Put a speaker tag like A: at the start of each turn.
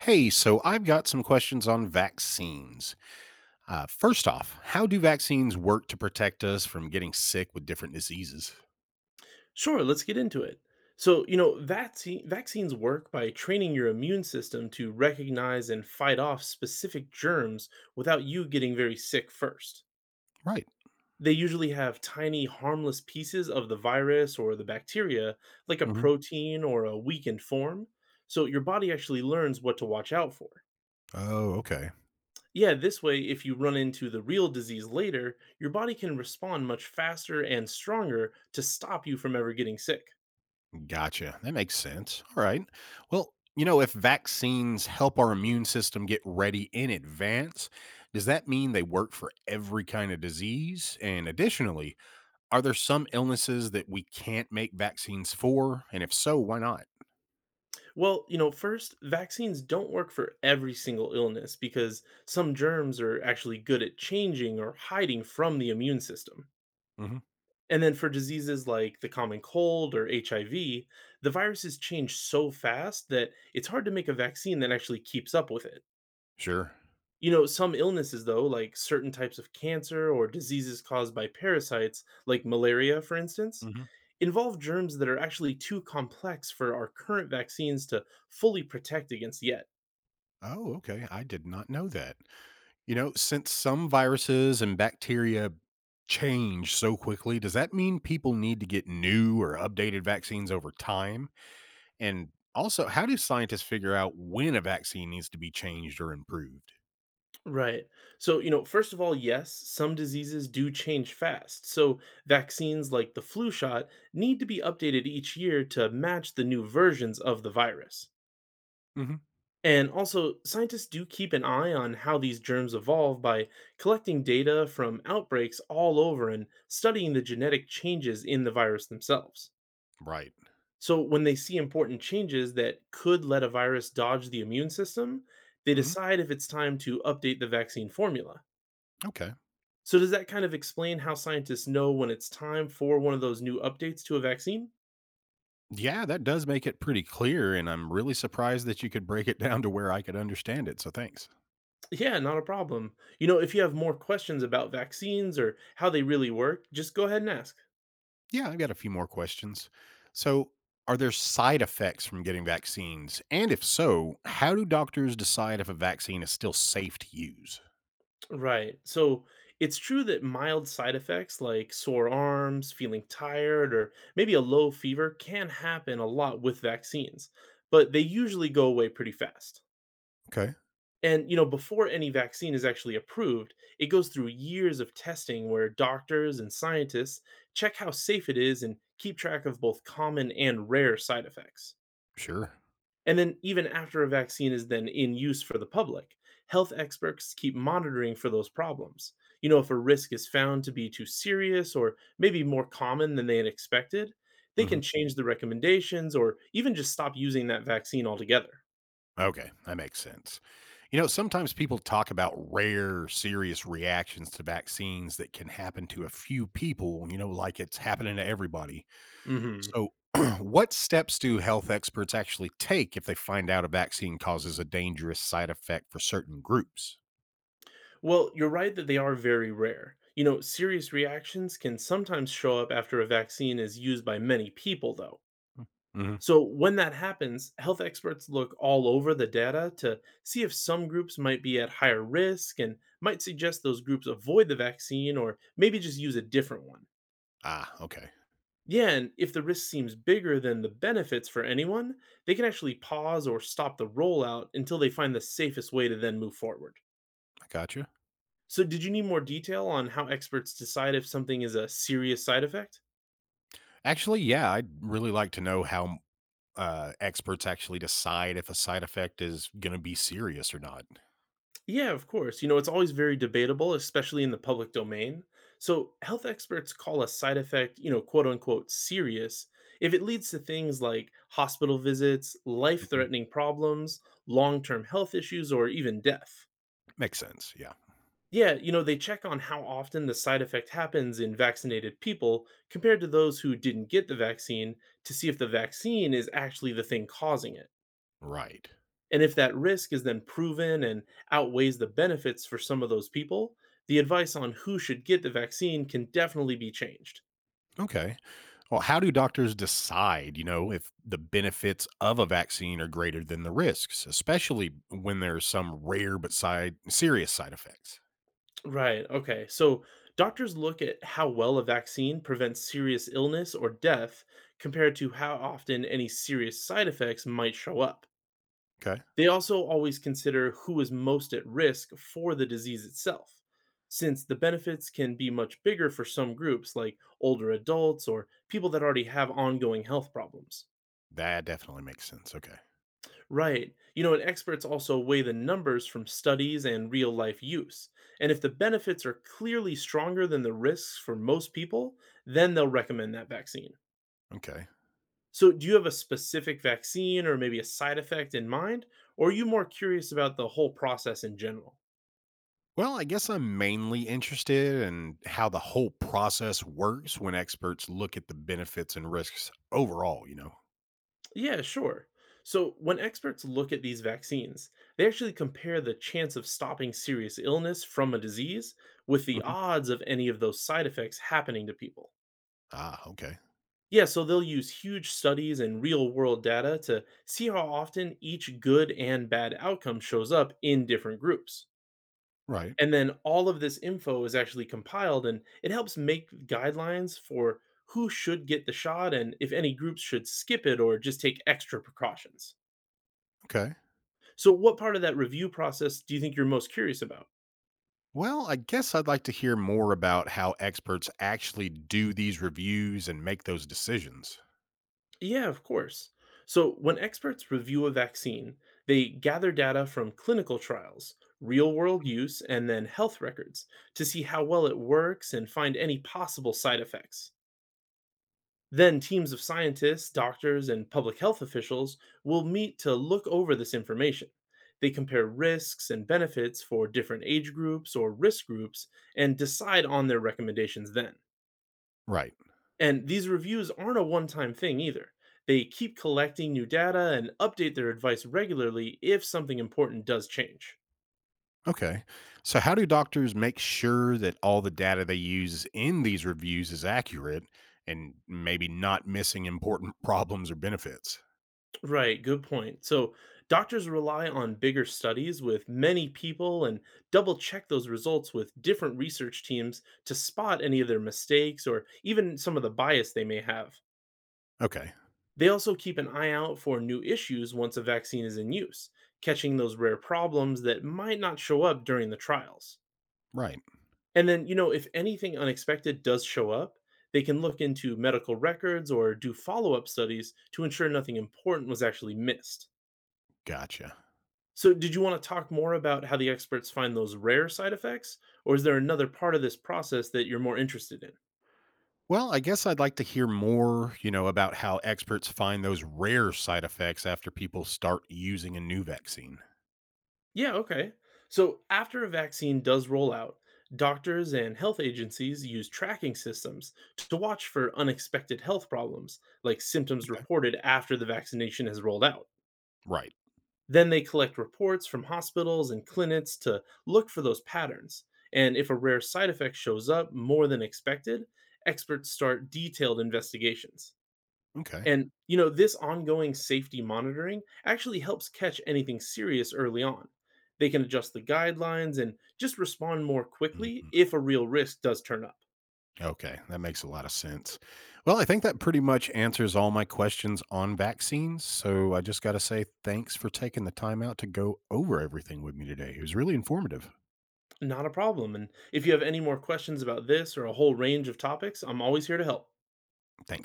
A: Hey, so I've got some questions on vaccines. First off, how do vaccines work to protect us from getting sick with different diseases?
B: Sure, let's get into it. So, you know, vaccines work by training your immune system to recognize and fight off specific germs without you getting very sick first.
A: Right.
B: They usually have tiny, harmless pieces of the virus or the bacteria, like a
A: Hmm.
B: protein or a weakened form, so your body actually learns what to watch out for.
A: Oh, okay.
B: Yeah, this way, if you run into the real disease later, your body can respond much faster and stronger to stop you from ever getting sick.
A: Gotcha. That makes sense. All right. Well, you know, if vaccines help our immune system get ready in advance, does that mean they work for every kind of disease? And additionally, are there some illnesses that we can't make vaccines for? And if so, why not?
B: Well, you know, first, vaccines don't work for every single illness because some germs are actually good at changing or hiding from the immune system.
A: Hmm.
B: And then for diseases like the common cold or HIV, the viruses change so fast that it's hard to make a vaccine that actually keeps up with it.
A: Sure.
B: You know, some illnesses, though, like certain types of cancer or diseases caused by parasites, like malaria, for instance, involve germs that are actually too complex for our current vaccines to fully protect against yet.
A: Oh, okay. I did not know that. You know, since some viruses and bacteria change so quickly, does that mean people need to get new or updated vaccines over time? And also, how do scientists figure out when a vaccine needs to be changed or improved?
B: Right. So, you know, first of all, yes, some diseases do change fast. So, vaccines like the flu shot need to be updated each year to match the new versions of the virus.
A: Hmm.
B: And also, scientists do keep an eye on how these germs evolve by collecting data from outbreaks all over and studying the genetic changes in the virus themselves.
A: Right.
B: So, when they see important changes that could let a virus dodge the immune system, they
A: Hmm.
B: decide if it's time to update the vaccine formula.
A: Okay.
B: So does that kind of explain how scientists know when it's time for one of those new updates to a vaccine?
A: Yeah, that does make it pretty clear. And I'm really surprised that you could break it down to where I could understand it. So thanks.
B: Yeah, not a problem. You know, if you have more questions about vaccines or how they really work, just go ahead and ask.
A: Yeah, I've got a few more questions. So, are there side effects from getting vaccines? And if so, how do doctors decide if a vaccine is still safe to use?
B: Right. So it's true that mild side effects like sore arms, feeling tired, or maybe a low fever can happen a lot with vaccines, but they usually go away pretty fast.
A: Okay,
B: And you know, before any vaccine is actually approved, it goes through years of testing where doctors and scientists check how safe it is and keep track of both common and rare side effects.
A: sure.
B: And then even after a vaccine is then in use for the public, health experts keep monitoring for those problems. You know, if a risk is found to be too serious or maybe more common than they had expected, they
A: Hmm.
B: can change the recommendations or even just stop using that vaccine altogether.
A: Okay, that makes sense. You know, sometimes people talk about rare, serious reactions to vaccines that can happen to a few people, you know, like it's happening to everybody.
B: Mhm.
A: So, what steps do health experts actually take if they find out a vaccine causes a dangerous side effect for certain groups?
B: Well, you're right that they are very rare. You know, serious reactions can sometimes show up after a vaccine is used by many people, though. So, when that happens, health experts look all over the data to see if some groups might be at higher risk and might suggest those groups avoid the vaccine or maybe just use a different one.
A: Ah, okay.
B: Yeah, and if the risk seems bigger than the benefits for anyone, they can actually pause or stop the rollout until they find the safest way to then move forward.
A: I gotcha.
B: So, did you need more detail on how experts decide if something is a serious side effect?
A: Actually, yeah, I'd really like to know how experts actually decide if a side effect is going to be serious or not.
B: Yeah, of course. You know, it's always very debatable, especially in the public domain. So, health experts call a side effect, you know, quote unquote, serious if it leads to things like hospital visits, life
A: Mhm.
B: threatening problems, long term health issues, or even death.
A: Makes sense. Yeah.
B: Yeah, you know, they check on how often the side effect happens in vaccinated people compared to those who didn't get the vaccine to see if the vaccine is actually the thing causing it.
A: Right.
B: And if that risk is then proven and outweighs the benefits for some of those people, the advice on who should get the vaccine can definitely be changed.
A: Okay. Well, how do doctors decide, you know, if the benefits of a vaccine are greater than the risks, especially when there's some rare but side serious side effects?
B: Right. Okay. So doctors look at how well a vaccine prevents serious illness or death compared to how often any serious side effects might show up.
A: Okay.
B: They also always consider who is most at risk for the disease itself, since the benefits can be much bigger for some groups, like older adults or people that already have ongoing health problems.
A: That definitely makes sense. Okay.
B: Right. You know, and experts also weigh the numbers from studies and real life use. And if the benefits are clearly stronger than the risks for most people, then they'll recommend that vaccine.
A: Okay.
B: So, do you have a specific vaccine or maybe a side effect in mind? Or are you more curious about the whole process in general?
A: Well, I guess I'm mainly interested in how the whole process works when experts look at the benefits and risks overall, you know?
B: Yeah, sure. So, when experts look at these vaccines, they actually compare the chance of stopping serious illness from a disease with the
A: Hmm.
B: odds of any of those side effects happening to people.
A: Ah, okay.
B: Yeah, so they'll use huge studies and real world data to see how often each good and bad outcome shows up in different groups.
A: Right.
B: And then all of this info is actually compiled and it helps make guidelines for who should get the shot and if any groups should skip it or just take extra precautions.
A: Okay.
B: So, what part of that review process do you think you're most curious about?
A: Well, I guess I'd like to hear more about how experts actually do these reviews and make those decisions.
B: Yeah, of course. So, when experts review a vaccine, they gather data from clinical trials, real world use, and then health records to see how well it works and find any possible side effects. Then, teams of scientists, doctors, and public health officials will meet to look over this information. They compare risks and benefits for different age groups or risk groups and decide on their recommendations then.
A: Right.
B: And these reviews aren't a one time thing either. They keep collecting new data and update their advice regularly if something important does change.
A: Okay. So, how do doctors make sure that all the data they use in these reviews is accurate and maybe not missing important problems or benefits?
B: Right, good point. So, doctors rely on bigger studies with many people and double check those results with different research teams to spot any of their mistakes or even some of the bias they may have.
A: Okay.
B: They also keep an eye out for new issues once a vaccine is in use, catching those rare problems that might not show up during the trials.
A: Right.
B: And then, you know, if anything unexpected does show up, they can look into medical records or do follow up studies to ensure nothing important was actually missed.
A: Gotcha.
B: So, did you want to talk more about how the experts find those rare side effects, or is there another part of this process that you're more interested in?
A: Well, I guess I'd like to hear more, you know, about how experts find those rare side effects after people start using a new vaccine.
B: Yeah, okay. So, after a vaccine does roll out, doctors and health agencies use tracking systems to watch for unexpected health problems, like symptoms
A: Okay.
B: reported after the vaccination has rolled out.
A: Right.
B: Then they collect reports from hospitals and clinics to look for those patterns. And if a rare side effect shows up more than expected, experts start detailed investigations.
A: Okay.
B: And, you know, this ongoing safety monitoring actually helps catch anything serious early on. They can adjust the guidelines and just respond more quickly
A: Mhm.
B: if a real risk does turn up.
A: Okay. That makes a lot of sense. Well, I think that pretty much answers all my questions on vaccines. So I just got to say thanks for taking the time out to go over everything with me today. It was really informative.
B: Not a problem. And if you have any more questions about this or a whole range of topics, I'm always here to help.
A: Thanks.